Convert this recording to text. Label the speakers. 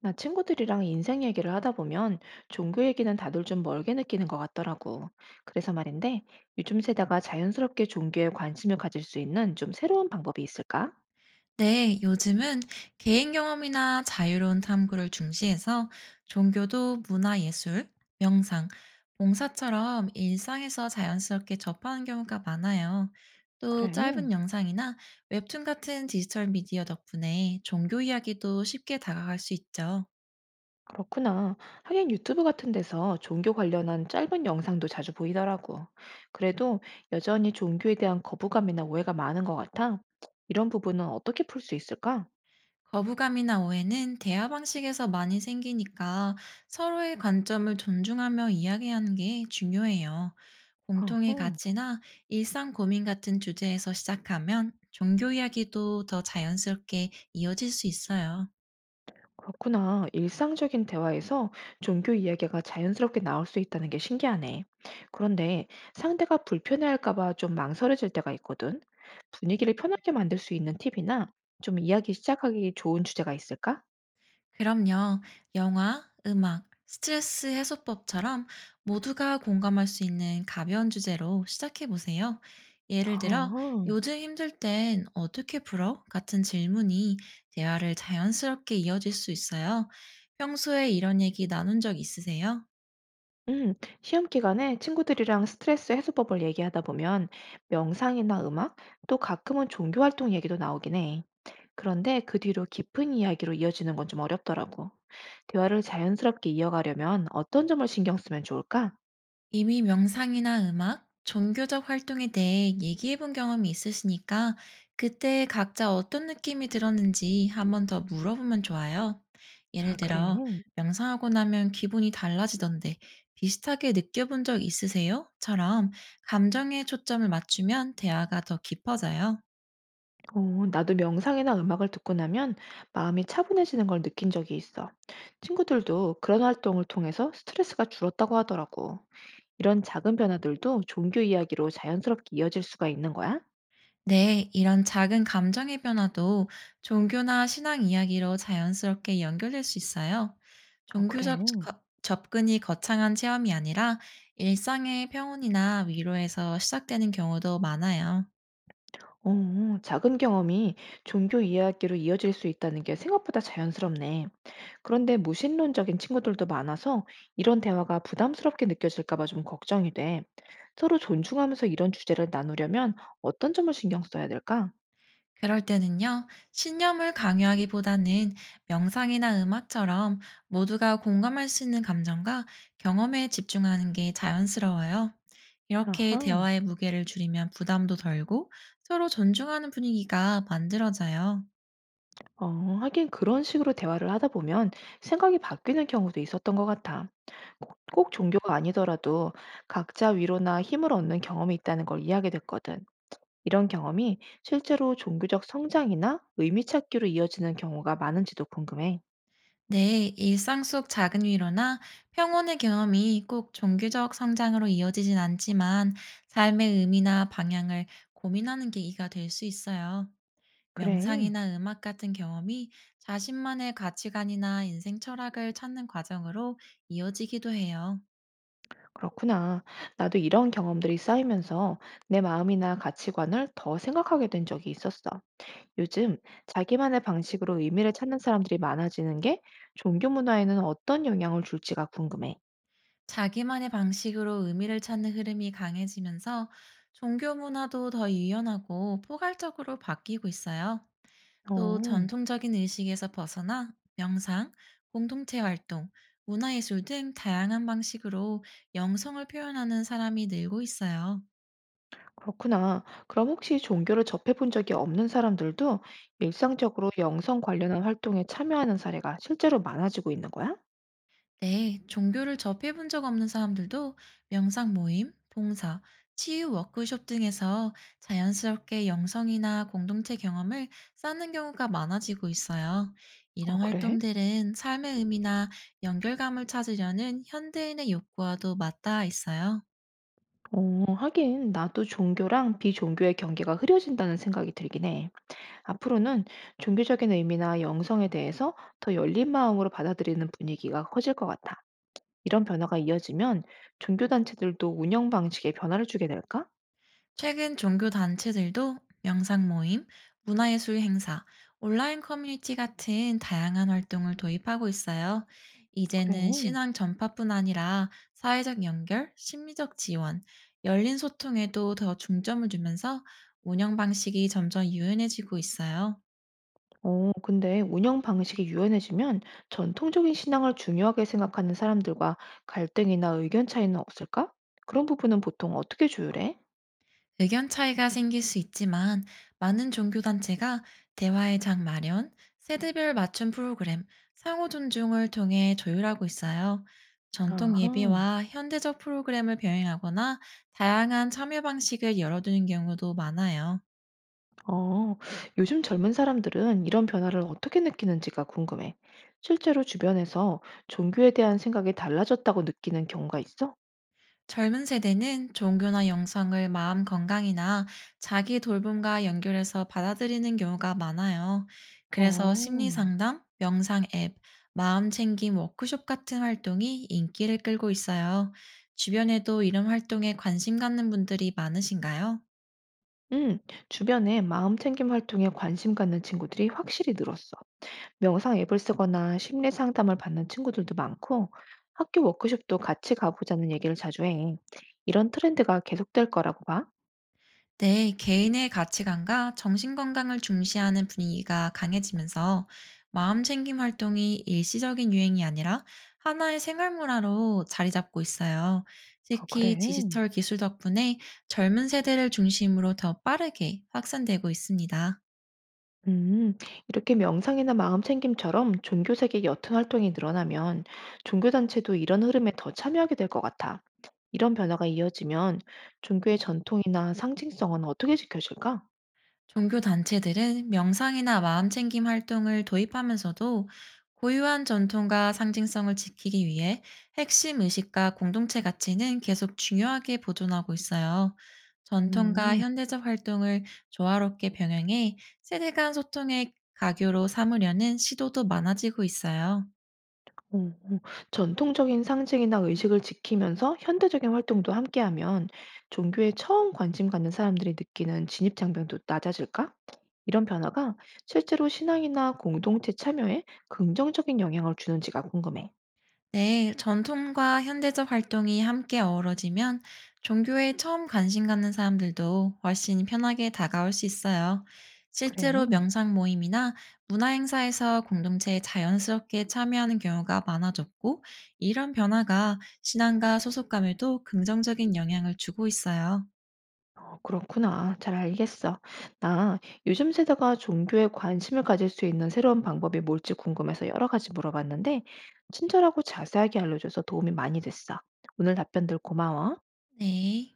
Speaker 1: 나 친구들이랑 인생 얘기를 하다 보면 종교 얘기는 다들 좀 멀게 느끼는 것 같더라고. 그래서 말인데, 요즘 세대가 자연스럽게 종교에 관심을 가질 수 있는 좀 새로운 방법이 있을까?
Speaker 2: 네, 요즘은 개인 경험이나 자유로운 탐구를 중시해서 종교도 문화예술, 명상, 봉사처럼 일상에서 자연스럽게 접하는 경우가 많아요. 또
Speaker 1: 그래.
Speaker 2: 짧은 영상이나 웹툰 같은 디지털 미디어 덕분에 종교 이야기도 쉽게 다가갈 수 있죠.
Speaker 1: 그렇구나. 하긴 유튜브 같은 데서 종교 관련한 짧은 영상도 자주 보이더라고. 그래도 여전히 종교에 대한 거부감이나 오해가 많은 것 같아. 이런 부분은 어떻게 풀 수 있을까?
Speaker 2: 거부감이나 오해는 대화 방식에서 많이 생기니까 서로의 관점을 존중하며 이야기하는 게 중요해요. 공통의
Speaker 1: 어허.
Speaker 2: 가치나 일상 고민 같은 주제에서 시작하면 종교 이야기도 더 자연스럽게 이어질 수 있어요.
Speaker 1: 그렇구나. 일상적인 대화에서 종교 이야기가 자연스럽게 나올 수 있다는 게 신기하네. 그런데 상대가 불편해할까 봐 좀 망설여질 때가 있거든. 분위기를 편하게 만들 수 있는 팁이나 좀 이야기 시작하기 좋은 주제가 있을까?
Speaker 2: 그럼요. 영화, 음악, 스트레스 해소법처럼 모두가 공감할 수 있는 가벼운 주제로 시작해 보세요. 예를 들어,
Speaker 1: 아,
Speaker 2: 요즘 힘들 땐 어떻게 풀어? 같은 질문이 대화를 자연스럽게 이어질 수 있어요. 평소에 이런 얘기 나눈 적 있으세요?
Speaker 1: 음, 시험 기간에 친구들이랑 스트레스 해소법을 얘기하다 보면 명상이나 음악, 또 가끔은 종교 활동 얘기도 나오긴 해. 그런데 그 뒤로 깊은 이야기로 이어지는 건 좀 어렵더라고. 대화를 자연스럽게 이어가려면 어떤 점을 신경 쓰면 좋을까?
Speaker 2: 이미 명상이나 음악, 종교적 활동에 대해 얘기해 본 경험이 있으시니까 그때 각자 어떤 느낌이 들었는지 한번 더 물어보면 좋아요. 예를
Speaker 1: 아, 그래.
Speaker 2: 들어, 명상하고 나면 기분이 달라지던데 비슷하게 느껴본 적 있으세요? 처럼 감정에 초점을 맞추면 대화가 더 깊어져요.
Speaker 1: 어, 나도 명상이나 음악을 듣고 나면 마음이 차분해지는 걸 느낀 적이 있어. 친구들도 그런 활동을 통해서 스트레스가 줄었다고 하더라고. 이런 작은 변화들도 종교 이야기로 자연스럽게 이어질 수가 있는 거야?
Speaker 2: 네, 이런 작은 감정의 변화도 종교나 신앙 이야기로 자연스럽게 연결될 수 있어요.
Speaker 1: 어 그래?
Speaker 2: 접근이 거창한 체험이 아니라 일상의 평온이나 위로에서 시작되는 경우도 많아요.
Speaker 1: 어 작은 경험이 종교 이야기로 이어질 수 있다는 게 생각보다 자연스럽네. 그런데 무신론적인 친구들도 많아서 이런 대화가 부담스럽게 느껴질까 봐 좀 걱정이 돼. 서로 존중하면서 이런 주제를 나누려면 어떤 점을 신경 써야 될까?
Speaker 2: 그럴 때는요, 신념을 강요하기보다는 명상이나 음악처럼 모두가 공감할 수 있는 감정과 경험에 집중하는 게 자연스러워요. 이렇게
Speaker 1: 아하.
Speaker 2: 대화의 무게를 줄이면 부담도 덜고 서로 존중하는 분위기가 만들어져요.
Speaker 1: 어, 하긴 그런 식으로 대화를 하다 보면 생각이 바뀌는 경우도 있었던 것 같아. 꼭 종교가 아니더라도 각자 위로나 힘을 얻는 경험이 있다는 걸 이야기 됐거든. 이런 경험이 실제로 종교적 성장이나 의미 찾기로 이어지는 경우가 많은지도 궁금해.
Speaker 2: 네, 일상 속 작은 위로나 평온의 경험이 꼭 종교적 성장으로 이어지진 않지만 삶의 의미나 방향을 고민하는 계기가 될 수 있어요.
Speaker 1: 그래,
Speaker 2: 명상이나 음악 같은 경험이 자신만의 가치관이나 인생 철학을 찾는 과정으로 이어지기도 해요.
Speaker 1: 그렇구나. 나도 이런 경험들이 쌓이면서 내 마음이나 가치관을 더 생각하게 된 적이 있었어. 요즘 자기만의 방식으로 의미를 찾는 사람들이 많아지는 게 종교 문화에는 어떤 영향을 줄지가 궁금해.
Speaker 2: 자기만의 방식으로 의미를 찾는 흐름이 강해지면서 종교 문화도 더 유연하고 포괄적으로 바뀌고 있어요. 또
Speaker 1: 어,
Speaker 2: 전통적인 의식에서 벗어나 명상, 공동체 활동, 문화예술 등 다양한 방식으로 영성을 표현하는 사람이 늘고 있어요.
Speaker 1: 그렇구나. 그럼 혹시 종교를 접해본 적이 없는 사람들도 일상적으로 영성 관련한 활동에 참여하는 사례가 실제로 많아지고 있는 거야?
Speaker 2: 네, 종교를 접해본 적 없는 사람들도 명상 모임, 봉사, 치유 워크숍 등에서 자연스럽게 영성이나 공동체 경험을 쌓는 경우가 많아지고 있어요.
Speaker 1: 아
Speaker 2: 이런
Speaker 1: 그래?
Speaker 2: 활동들은 삶의 의미나 연결감을 찾으려는 현대인의 욕구와도 맞닿아 있어요.
Speaker 1: 어 하긴 나도 종교랑 비종교의 경계가 흐려진다는 생각이 들긴 해. 앞으로는 종교적인 의미나 영성에 대해서 더 열린 마음으로 받아들이는 분위기가 커질 것 같아. 이런 변화가 이어지면 종교 단체들도 운영 방식에 변화를 주게 될까?
Speaker 2: 최근 종교 단체들도 명상 모임, 문화예술 행사, 온라인 커뮤니티 같은 다양한 활동을 도입하고 있어요. 이제는
Speaker 1: 그래.
Speaker 2: 신앙 전파뿐 아니라 사회적 연결, 심리적 지원, 열린 소통에도 더 중점을 주면서 운영 방식이 점점 유연해지고 있어요.
Speaker 1: 어, 근데 운영 방식이 유연해지면 전통적인 신앙을 중요하게 생각하는 사람들과 갈등이나 의견 차이는 없을까? 그런 부분은 보통 어떻게 조율해?
Speaker 2: 의견 차이가 생길 수 있지만 많은 종교단체가 대화의 장 마련, 세대별 맞춤 프로그램, 상호 존중을 통해 조율하고 있어요. 전통
Speaker 1: 아하.
Speaker 2: 예배와 현대적 프로그램을 병행하거나 다양한 참여 방식을 열어두는 경우도 많아요.
Speaker 1: 어, 요즘 젊은 사람들은 이런 변화를 어떻게 느끼는지가 궁금해. 실제로 주변에서 종교에 대한 생각이 달라졌다고 느끼는 경우가 있어?
Speaker 2: 젊은 세대는 종교나 영성을 마음 건강이나 자기 돌봄과 연결해서 받아들이는 경우가 많아요. 그래서
Speaker 1: 어,
Speaker 2: 심리 상담, 명상 앱, 마음 챙김 워크숍 같은 활동이 인기를 끌고 있어요. 주변에도 이런 활동에 관심 갖는 분들이 많으신가요?
Speaker 1: 응, 주변에 마음 챙김 활동에 관심 갖는 친구들이 확실히 늘었어. 명상 앱을 쓰거나 심리 상담을 받는 친구들도 많고, 학교 워크숍도 같이 가보자는 얘기를 자주 해. 이런 트렌드가 계속될 거라고 봐.
Speaker 2: 네, 개인의 가치관과 정신건강을 중시하는 분위기가 강해지면서 마음 챙김 활동이 일시적인 유행이 아니라 하나의 생활 문화로 자리 잡고 있어요.
Speaker 1: 아, 그래.
Speaker 2: 특히 디지털 기술 덕분에 젊은 세대를 중심으로 더 빠르게 확산되고 있습니다.
Speaker 1: 음, 이렇게 명상이나 마음챙김처럼 종교 세계 옅은 활동이 늘어나면 종교단체도 이런 흐름에 더 참여하게 될 것 같아. 이런 변화가 이어지면 종교의 전통이나 상징성은 어떻게 지켜질까?
Speaker 2: 종교 단체들은 명상이나 마음챙김 활동을 도입하면서도 고유한 전통과 상징성을 지키기 위해 핵심 의식과 공동체 가치는 계속 중요하게 보존하고 있어요. 전통과
Speaker 1: 음,
Speaker 2: 현대적 활동을 조화롭게 병행해 세대 간 소통의 가교로 삼으려는 시도도 많아지고 있어요.
Speaker 1: 어, 어. 전통적인 상징이나 의식을 지키면서 현대적인 활동도 함께하면 종교에 처음 관심 갖는 사람들이 느끼는 진입장벽도 낮아질까? 이런 변화가 실제로 신앙이나 공동체 참여에 긍정적인 영향을 주는지가 궁금해.
Speaker 2: 네, 전통과 현대적 활동이 함께 어우러지면 종교에 처음 관심 갖는 사람들도 훨씬 편하게 다가올 수 있어요.
Speaker 1: 그래.
Speaker 2: 실제로 명상 모임이나 문화 행사에서 공동체에 자연스럽게 참여하는 경우가 많아졌고, 이런 변화가 신앙과 소속감에도 긍정적인 영향을 주고 있어요.
Speaker 1: 어 그렇구나. 잘 알겠어. 나 요즘 세대가 종교에 관심을 가질 수 있는 새로운 방법이 뭘지 궁금해서 여러 가지 물어봤는데, 친절하고 자세하게 알려줘서 도움이 많이 됐어. 오늘 답변들 고마워.
Speaker 2: 네.